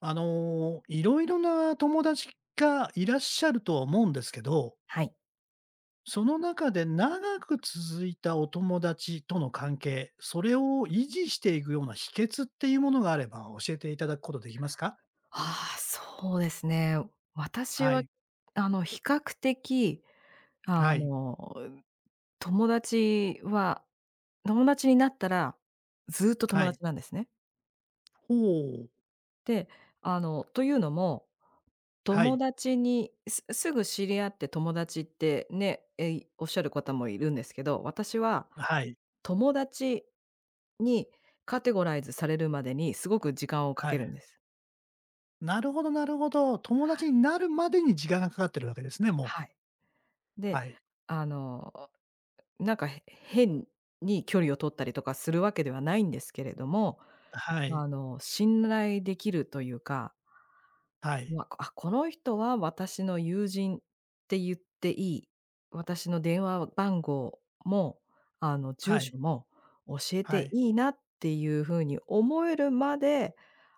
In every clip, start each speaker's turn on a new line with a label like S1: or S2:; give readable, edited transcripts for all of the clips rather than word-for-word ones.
S1: いろいろな友達がいらっしゃるとは思うんですけど、
S2: はい。
S1: その中で長く続いたお友達との関係、それを維持していくような秘訣っていうものがあれば教えていただくことできますか？
S2: ああ、そうですね。私
S1: は
S2: は、
S1: い。
S2: 比較的、
S1: は
S2: あ
S1: い。
S2: の、友達は友達になったら、ずっと友
S1: はい。
S2: 達なんですね。
S1: ほう。
S2: で、というのも、
S1: は
S2: 友
S1: い。
S2: 達にすすぐ知り合って友達ってね、おっしゃる方もいるんですけど、私は
S1: はい。
S2: 友達にカテゴライズされるまでにすごく時間をか
S1: は
S2: ける
S1: い。
S2: んです。
S1: なるほどなるほど。友達になるまでに時間がかかってるわけですね、もう。
S2: はい。で、
S1: はい。
S2: あのなんか、変に距離を取ったりとかするわけではないんですけれども、
S1: はい。
S2: 信頼できるというか、
S1: はい。
S2: この人は私の友人って言っていい、私の電話番号も、住
S1: はい。
S2: 所も教え
S1: は
S2: て
S1: い。
S2: いいなっていうふうに思えるまで、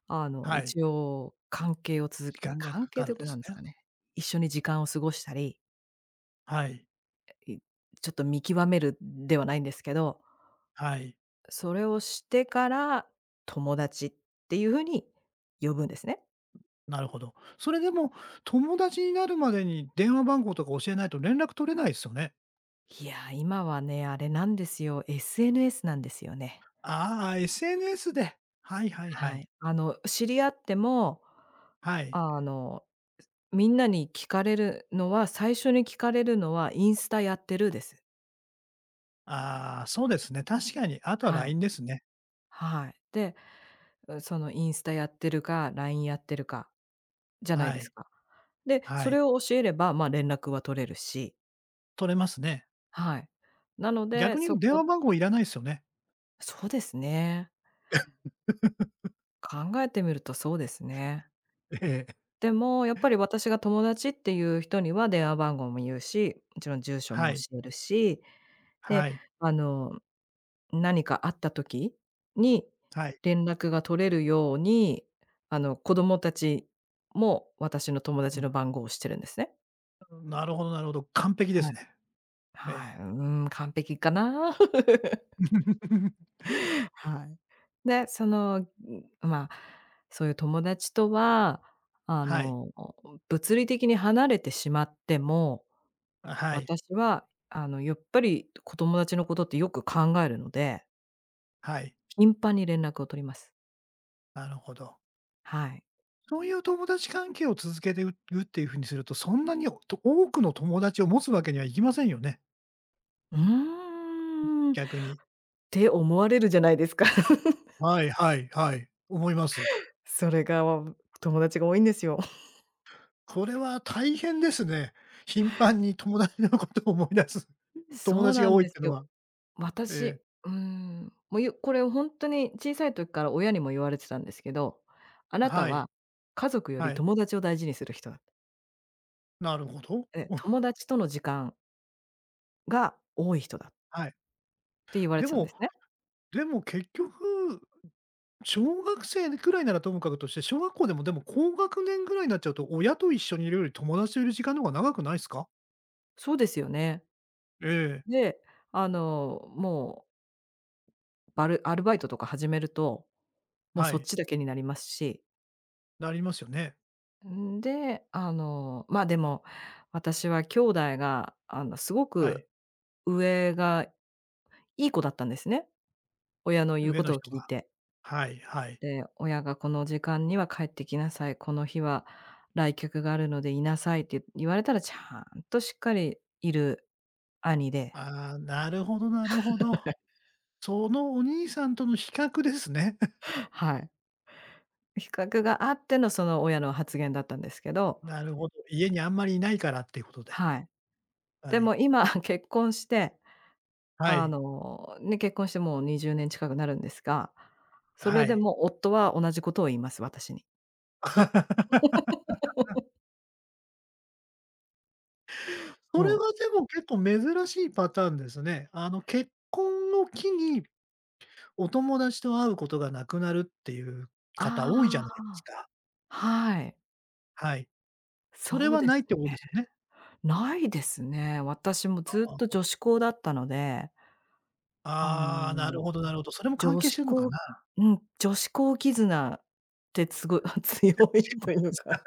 S1: はい。
S2: 一応関係を続
S1: 時
S2: け
S1: 間が
S2: 関
S1: かか
S2: 係
S1: る
S2: と
S1: ん
S2: いうか
S1: で
S2: な
S1: す
S2: んです
S1: ね。
S2: かね、一緒に時間を過ごしたり、
S1: はい。
S2: いちょっと見極めるではないんですけど
S1: はい。
S2: それをしてから、友達っていう風に呼ぶんですね。
S1: なるほど。それでも、友達になるまでに電話番号とか教えないと連絡取れないですよね。
S2: いや、今はね、あれなんですよ、SNS なんですよね。
S1: ああ、SNS で。はいはいは
S2: は
S1: い。
S2: い。知り合っても、
S1: はい。
S2: あの、みんなに聞かれるのは、最初に聞かれるのは「インスタやってる？」です。
S1: ああ、そうですね。確かに。あとは
S2: はい。
S1: LINE ですね。
S2: はい。で、そのインスタやってるか、LINE やってるかじゃない
S1: は
S2: です
S1: い。
S2: か。で、
S1: は
S2: それ
S1: い。
S2: を教えれば、連絡は取れるし、
S1: 取れますね。
S2: はい。なので、
S1: 逆に言うと電話番号いらないですよね。
S2: そうですね。考えてみるとそうですね。
S1: ええ。
S2: でもやっぱり私が友達っていう人には電話番号も言うし、もちろん住所
S1: は
S2: も
S1: い。
S2: 教えるし、で、
S1: はい。
S2: あの、何かあった時に
S1: はい。
S2: 連絡が取れるように、子供たちも私の友達の番号を知ってるんですね。
S1: うん。なるほどなるほど。完璧で
S2: は
S1: す
S2: い。
S1: ね。え
S2: はい、
S1: え。
S2: うーん、完璧かな？はい。で、まあ、そういう友達とは、あ
S1: はい。
S2: の、物理的に離れてしまっても、
S1: はい。
S2: 私は、やっぱり友達のことってよく考えるので、
S1: はい。
S2: 頻繁に連絡を取ります。
S1: なるほど。
S2: はい。
S1: そういう友達関係を続けているっていう風にすると、そんなに、と多くの友達を持つわけにはいきませんよね、
S2: うーん、っ
S1: 逆に。
S2: て思われるじゃないですか。
S1: はいはいはい、思います。
S2: それが、友達が多いんですよ。
S1: これは大変ですね。頻繁に友達のことを思い出す、友
S2: そう
S1: 達
S2: な
S1: が
S2: ん
S1: 多いっ
S2: です
S1: ていうの
S2: よ。
S1: は。ええ、
S2: 私、うーん、もう、これをほんとに小さい時から親にも言われてたんですけど、あなた
S1: は
S2: は
S1: い、
S2: 家族よ
S1: は
S2: り
S1: い、
S2: 友達を大事にする人だ。
S1: なるほど。
S2: で、友 達との時間が多い人だっ
S1: はい。
S2: て言われ
S1: で
S2: てたんで
S1: も
S2: すね。
S1: でも結局、小学生くらいならともかくとして、小学校でも高学年ぐらいになっちゃうと、親と一緒にいるより友達といる時間の方が長くないですか？
S2: そうですよね。
S1: ええ、
S2: で、もう、アルバイトとか始めると、もう
S1: は
S2: そっ
S1: い。
S2: ちだけになりますし
S1: なりますよね。
S2: んで、でも、私は兄弟が、すご
S1: は
S2: く
S1: い。
S2: 上がいい子だったんですね。親の言う
S1: 上
S2: こ
S1: の
S2: とを
S1: 人
S2: 聞
S1: が。
S2: いて。
S1: はいはい。
S2: で、親がこの時間には帰ってきなさい、この日は来客があるのでいなさいって言われたらちゃんとしっかりいる兄で、
S1: ああ、なるほどなるほど。そのお兄さんとの比較ですね。
S2: はい。比較があってのその親の発言だったんですけど、
S1: なるほど。家にあんまりいないからっていうことで。
S2: はい。で
S1: はい。
S2: も今 結婚して
S1: は
S2: あ
S1: い。
S2: の、ね、結婚してもう20年近くなるんですが、それ
S1: は
S2: で
S1: い。
S2: も夫は同じことを言います、私に。
S1: それ
S2: も
S1: が
S2: う、
S1: でも結構珍しいパターンですね。結婚の機に、お友達と会うことがなくなるっていう方多いじゃない
S2: あ
S1: ですか。
S2: あ、はい。
S1: はい。それ
S2: そう
S1: は
S2: で
S1: ないっ
S2: す
S1: てことで
S2: ね。
S1: すよね？
S2: ないですね。私も
S1: あ
S2: ずっと
S1: あ。
S2: 女子校だったので、あ
S1: ああ、なる
S2: の、
S1: ほどなるほど。それも関
S2: 女
S1: 係し
S2: 子
S1: てるのか
S2: 校
S1: な？
S2: うん、女子校絆ってすごい 強いとい うか、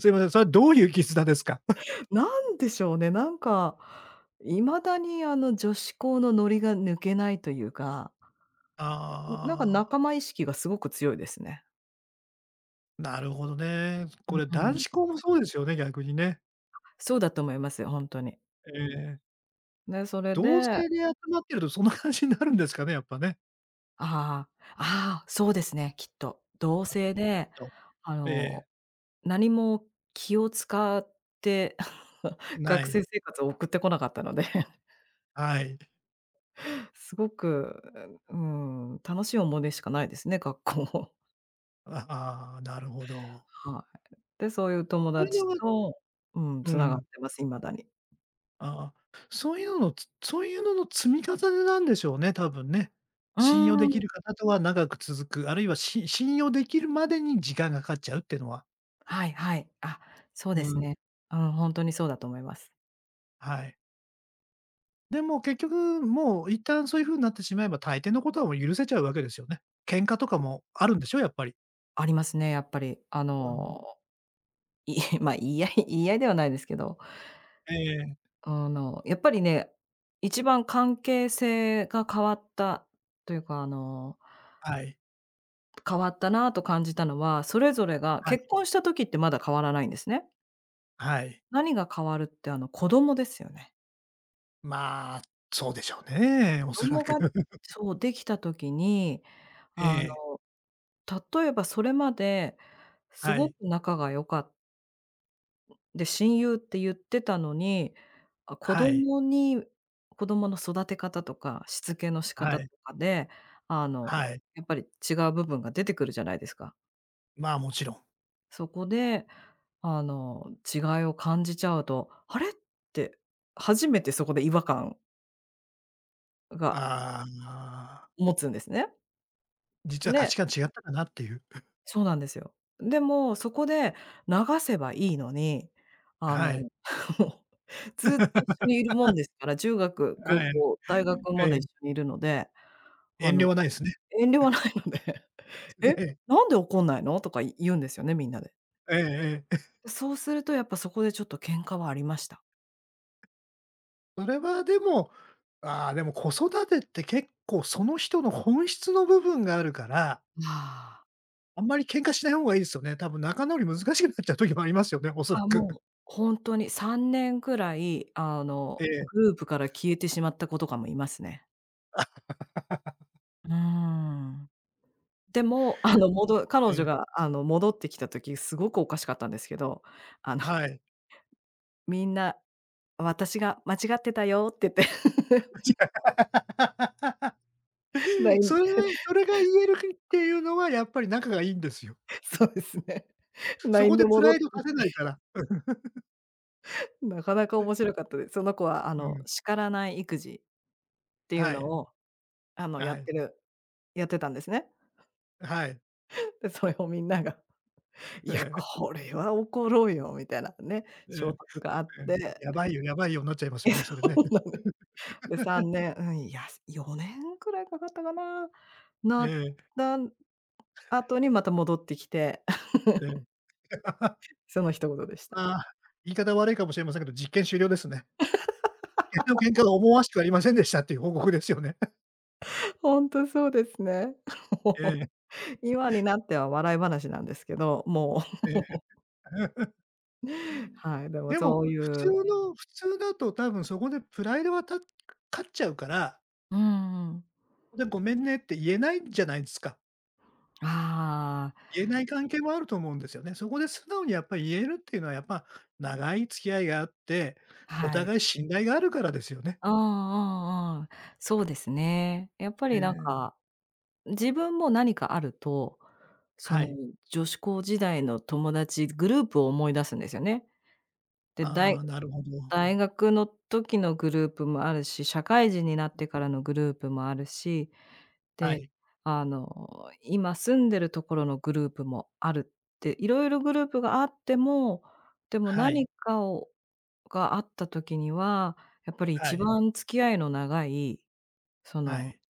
S1: すいません、それはどういう絆ですか？
S2: なんでしょうね、なんか、未だにあの女子校のノリが抜けないというか、なんか
S1: ああ、
S2: 仲間意識がすごく強いですね。
S1: なるほどね。こ
S2: う
S1: れ男
S2: ん、
S1: 子校もそうですよね、逆にね。
S2: そうだと思いますよ、ほんとに。
S1: ええ。
S2: で、それ
S1: 同
S2: で
S1: 性で集まってるとそんな感じになるんですかね、やっぱね。
S2: ああ、ああ、そうですね、きっと。同性で、
S1: と、
S2: あ
S1: ええ、
S2: の、何も気を使って、
S1: な
S2: 学
S1: い。
S2: 生生活を送ってこなかったので、
S1: はい。
S2: すごく、うーん、楽しい思い出しかないですね、学校も。
S1: ああ、なるほど。
S2: はい。で、そういう友
S1: そういう
S2: 達
S1: のが
S2: と、うん、
S1: う
S2: 繋がっ
S1: ん。
S2: てます、未だに。
S1: ああ、そういうののつそういうのの積み重ねなんでしょうね、多分ね。
S2: うー
S1: 信用でき
S2: ん、
S1: る方とは長く続く、あるいは信用できるまでに時間がかかっちゃうっていうのは。
S2: はいはい。あ、そうで
S1: う
S2: す
S1: ん。
S2: ね。うん、ほんとにそうだと思います。
S1: はい。でも結局、もう一旦そういう風になってしまえば、大抵のことはもう許せちゃうわけですよね。喧嘩とかもあるんでしょ？やっぱり。
S2: ありますね、やっぱり。
S1: うん。
S2: い まあ、言い合い 言い合いではないですけど、
S1: ええ、
S2: やっぱりね、一番関係性が変わったというか、
S1: はい、
S2: 変わったなぁと感じたのは、それぞれが
S1: はい、
S2: 結婚した時ってまだ変わらないんですね。
S1: はい。
S2: 何が変わるって、子供ですよね。
S1: まあ、そうでしょうね、
S2: 子
S1: おそら
S2: 供
S1: く。
S2: が そう、できた時に、
S1: え
S2: あの、
S1: え、
S2: 例えばそれまです
S1: は
S2: ごく
S1: い、
S2: 仲が良かっで、親友って言ってたのに、あ、
S1: はい、
S2: 子供の育て方とか、しつけの仕
S1: は
S2: 方と
S1: い、
S2: かで、
S1: はい。
S2: やっぱり違う部分が出てくるじゃないですか。
S1: まあ、もちろん。
S2: そこで、違いを感じちゃうと、あれって、初めてそこで違和感が
S1: ああ、
S2: 持つんですね。
S1: 実は価
S2: で
S1: 値観違ったかなっていう。
S2: そうなんですよ。でも、そこで流せばいいのに、あの、
S1: はい、
S2: もうずっと一緒にいるもんですから、中学、高
S1: はい。
S2: 校、大学
S1: え
S2: まで
S1: え、
S2: 一緒にいるので、あ
S1: 遠慮
S2: の、
S1: はないですね。
S2: 遠慮はないので
S1: え
S2: 「え、
S1: え、
S2: なんで怒んないの？」とか言うんですよね、みんなで。
S1: ええええ。
S2: そうするとやっぱそこでちょっと喧嘩はありました。
S1: それはでも、ああ、でも子育てって結構その人の本質の部分があるから、
S2: ああ。
S1: あんまり喧嘩しない方がいいですよね。多分仲直り難しくなっちゃう時もありますよね、おそら
S2: あ、
S1: く。
S2: もうほんとに3年ぐらい、
S1: ええ、
S2: グループから消えてしまった子とかもいますね。うーん。でも、彼
S1: え
S2: 女
S1: え、
S2: が、戻ってきた時すごくおかしかったんですけど、あの、
S1: はい。
S2: みんな私が間違ってたよって言って、
S1: そ
S2: LINE
S1: れはそれが言えるっていうのはやっぱり仲がいいんですよ。
S2: そうですね。l
S1: そ
S2: i
S1: こ
S2: n で
S1: でプ
S2: 戻
S1: ラ
S2: っ
S1: イ
S2: て
S1: ド
S2: き
S1: 出せない
S2: て、
S1: から。
S2: なかなか面白かったです。その子はあ
S1: う
S2: の、
S1: ん、
S2: 叱らない育児っていう
S1: は
S2: の
S1: い、
S2: を、あの、や
S1: は
S2: っ
S1: い、
S2: てるやってたんですね。
S1: はい。
S2: で、それをみんなが、い
S1: え
S2: や、
S1: え、
S2: これは怒ろうよみたいなね、
S1: ええ、
S2: 衝突があっ
S1: ええ。
S2: て、
S1: やばいよやばいよになっちゃいま すよ
S2: え、
S1: ね、
S2: そ
S1: それね。
S2: うなんですで、3 年、うん、いや、4年くらいかかったかな。な
S1: え
S2: っ
S1: え、
S2: た後にまた戻ってきて、
S1: ええ。
S2: その一言でした。
S1: まあ、言い方悪いかもしれませんけど、実験終了ですね。実験の結果が思わしくありませんでしたっていう報告ですよね。
S2: ほんとそうですね。も
S1: え
S2: う、
S1: え、
S2: 今になっては笑い話なんですけど、も
S1: ええ。
S2: う、はい、でも
S1: でも、
S2: そういう、
S1: 普通だと多分そこでプライドが勝っちゃうから、
S2: うんうん。
S1: でごめんねって言えないじゃないですか。
S2: あ
S1: 言えない関係もあると思うんですよね。そこで素直にやっぱり言えるっていうのはやっぱ、長い付き合いがあって、
S2: あ、
S1: お
S2: はい。
S1: 互い信頼があるからですよね。
S2: うんうんうん。そうですね。やっぱ
S1: え
S2: りなん
S1: え、
S2: か、自分も何かあると、そ
S1: は
S2: の
S1: い。
S2: 女子高時代の友達グループを思い出すんですよね。で、
S1: ああ、なるほど。
S2: 大学の時のグループもあるし、社会人になってからのグループもあるし、
S1: は
S2: で、
S1: い。
S2: 今住んでるところのグループもあるって、いろいろグループがあっても、でも
S1: は
S2: 何
S1: い。
S2: かをがあった時には、やっぱり
S1: は
S2: 一
S1: い。
S2: 番付き合いの長い、そ
S1: は
S2: の、
S1: い。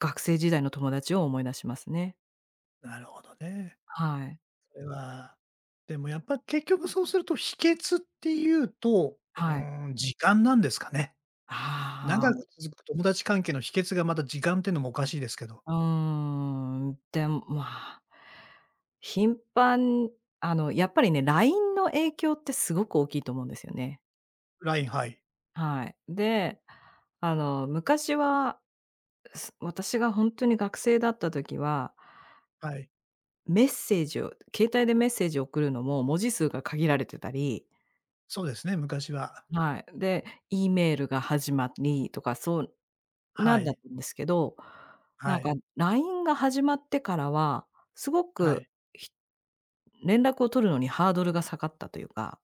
S2: 学生時代の友達を思い出しますね。
S1: なるほどね。
S2: はい。
S1: これは、でもやっぱ結局そうすると、秘訣っていうと、
S2: はい。
S1: 時間なんですかね。
S2: あ
S1: 長く
S2: あ。
S1: 続く友達関係の秘訣がまた時間ってのもおかしいですけど。
S2: うーん、でも、まあ、頻繁あの、やっぱりね、LINE の影響ってすごく大きいと思うんですよね。
S1: LINE、はい。
S2: はい。で、昔は、私がほんとに学生だった時は、
S1: はい。
S2: メッセージを携帯でメッセージを送るのも文字数が限られてたり、
S1: そうですね、昔は。
S2: はい、で、E メールが始まりとか、そうな
S1: は
S2: んだっ
S1: い。
S2: たんですけど、な
S1: は
S2: んか
S1: い。
S2: LINE が始まってからは、すご
S1: は
S2: く
S1: い。
S2: 連絡を取るのにハードルが下がったというか、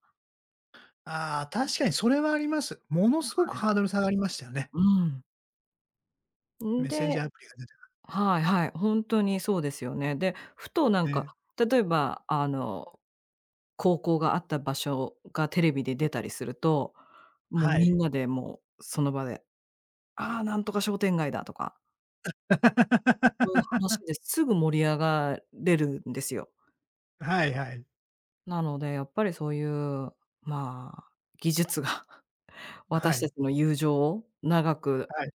S1: ああ、確かにそれはあります。ものすごく
S2: はい。
S1: ハードル下がりましたよね。
S2: うん。ん
S1: メッセンジャ
S2: で
S1: ーアプリが
S2: はいはい、本当にそうですよね。で、ふとなん
S1: 出て
S2: か、
S1: ね。
S2: 例えば高校があった場所がテレビで出たりすると、もう
S1: は
S2: み
S1: い。
S2: んなでもうその場で、「ああ、なんとか商店街だ」とか、そういう話 ですぐ盛り上がれるんですよ。
S1: はいはい。
S2: なのでやっぱりそういう、まあ、技術が
S1: は
S2: 私た
S1: い。
S2: ちの友情を長く
S1: はい。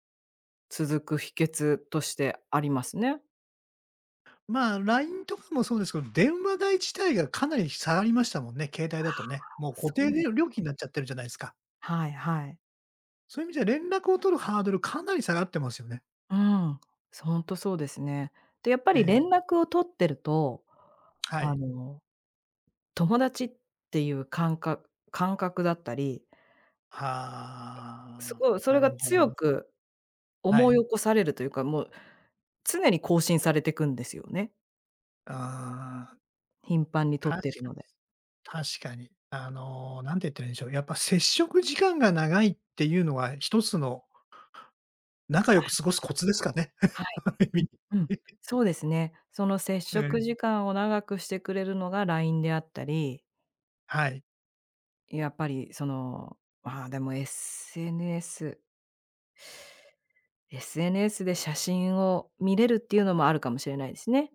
S2: 続く秘訣としてありますね。
S1: まあ、LINE とかもそうですけど、電話代自体がかなり下がりましたもんね、携帯だとね。もう固
S2: そ
S1: 定
S2: う
S1: で
S2: です
S1: 料金になっちゃってるじゃないですか。
S2: はいはい。
S1: そういう意味じゃ連絡を取るハードルかなり下がってますよね。
S2: うん。ほんとそうですね。で、やっぱ
S1: え
S2: り連
S1: え、
S2: 絡を取ってると、
S1: は
S2: あ
S1: い。
S2: の、友達っていう感覚だったり、
S1: は
S2: す
S1: あ、
S2: ごいそ
S1: な
S2: れが
S1: るほど。
S2: 強く
S1: は
S2: 思い
S1: い。
S2: 起こされるというか、もう常に更新されてくんですよね。
S1: ああ、
S2: 頻繁に取
S1: 確
S2: ってる
S1: かに。
S2: ので。
S1: 確かに。なんて言ったらいいんでしょう、やっぱ接触時間が長いっていうのは一つの仲良く過ごすコツですかね。
S2: はい。
S1: ある意味。
S2: うん、うん。そうですね。その接
S1: ええ、
S2: 触時間を長くしてくれるのが LINE であったり
S1: はい。
S2: やっぱりその、ああ、でも SNS で写真を見れるっていうのもあるかもしれないですね。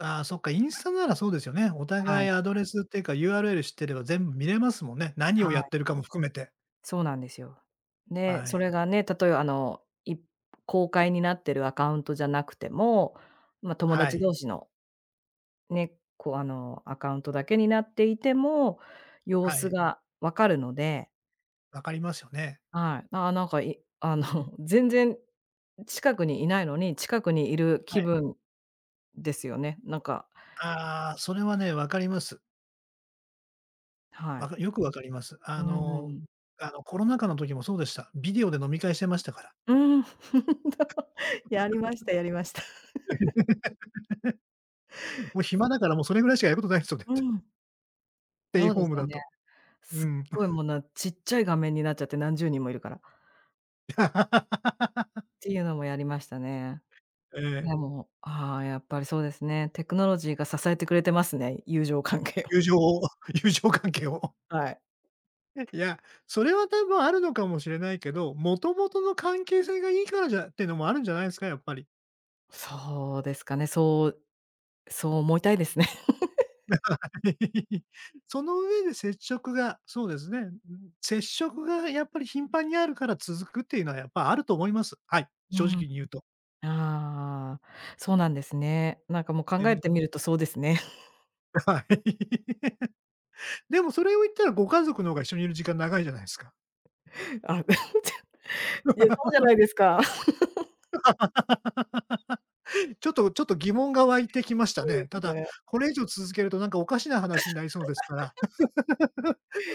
S1: ああ、そっか、インスタならそうですよね。お
S2: は
S1: 互
S2: い、
S1: いアドレスっていうか URL 知ってれば全部見れますもんね。何
S2: は
S1: をやっ
S2: い、
S1: てるかも含めて。
S2: そうなんですよ。で、
S1: は
S2: そ
S1: い。
S2: れがね、例えば公開になってるアカウントじゃなくても、まあ、友
S1: は
S2: 達
S1: い。
S2: 同士のね、こうアカウントだけになっていても、様
S1: は
S2: 子
S1: い。
S2: がわかるので、
S1: 分かりますよね。
S2: はい、ああ、なんか全然近くにいないのに、近くにいる
S1: は
S2: 気
S1: い。
S2: 分ですよね。なんか
S1: ああ、それはね、分かります。
S2: はい。
S1: よく分かります。
S2: うん。
S1: コロナ禍の時もそうでした。ビデオで飲み会してましたから。
S2: うん。やりましたやりました。
S1: もう暇だからもうそれぐらいしかやることないですよね
S2: うん。
S1: ステイ
S2: そう
S1: ホ
S2: で
S1: ー
S2: す
S1: ム
S2: よ
S1: だ
S2: ね。
S1: と。う
S2: すっ
S1: ん。
S2: ごいもうちっちゃい画面になっちゃって何十人もいるから。っ ていうのもやりましたね。
S1: え
S2: で
S1: え。
S2: も、ああ、やっぱりそうですね。テクノロジーが支えてくれてますね、友情関係を。
S1: 友情を友情関係を。
S2: はい。
S1: いや、それは多分あるのかもしれないけど、もともとの関係性がいいからじゃってのもあるんじゃないですか、やっぱり。
S2: そうですかね。そうそう思いたいですね。
S1: その上で接触が、そうですね、接触がやっぱり頻繁にあるから続くっていうのはやっぱあると思います。はい、
S2: う
S1: 正
S2: ん。
S1: 直に言うと。
S2: ああ、そうなんですね。なんかもう考えて
S1: ね
S2: みるとそうですね。
S1: はい。でもそれを言ったらご家族の方が一緒にいる時間長いじゃないですか。
S2: あ いや、そうじゃないですか。
S1: ちょっと疑問が湧いてきまし
S2: そ
S1: た
S2: うで
S1: ね。た
S2: す
S1: だ、
S2: ね。
S1: これ以上続けるとなんかおかしな話になりそうですから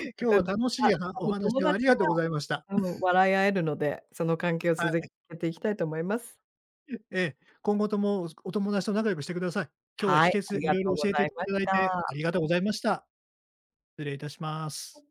S1: 今日は
S2: でも、
S1: 楽しいは
S2: 多
S1: お
S2: 分友
S1: 話をあり
S2: 達
S1: がとうございました。
S2: は、うん、笑い合えるので、その関係を
S1: は
S2: 続
S1: い。
S2: けていきたいと思います。
S1: ええ、今後ともお友達と仲良くしてください。今日は
S2: は
S1: 秘
S2: い、あ
S1: 訣
S2: り
S1: い
S2: が
S1: ろい
S2: と
S1: ろ
S2: うご
S1: 教えて
S2: ざ
S1: い
S2: いまし
S1: ただいてあ
S2: た。
S1: りがとうございました。失礼いたします。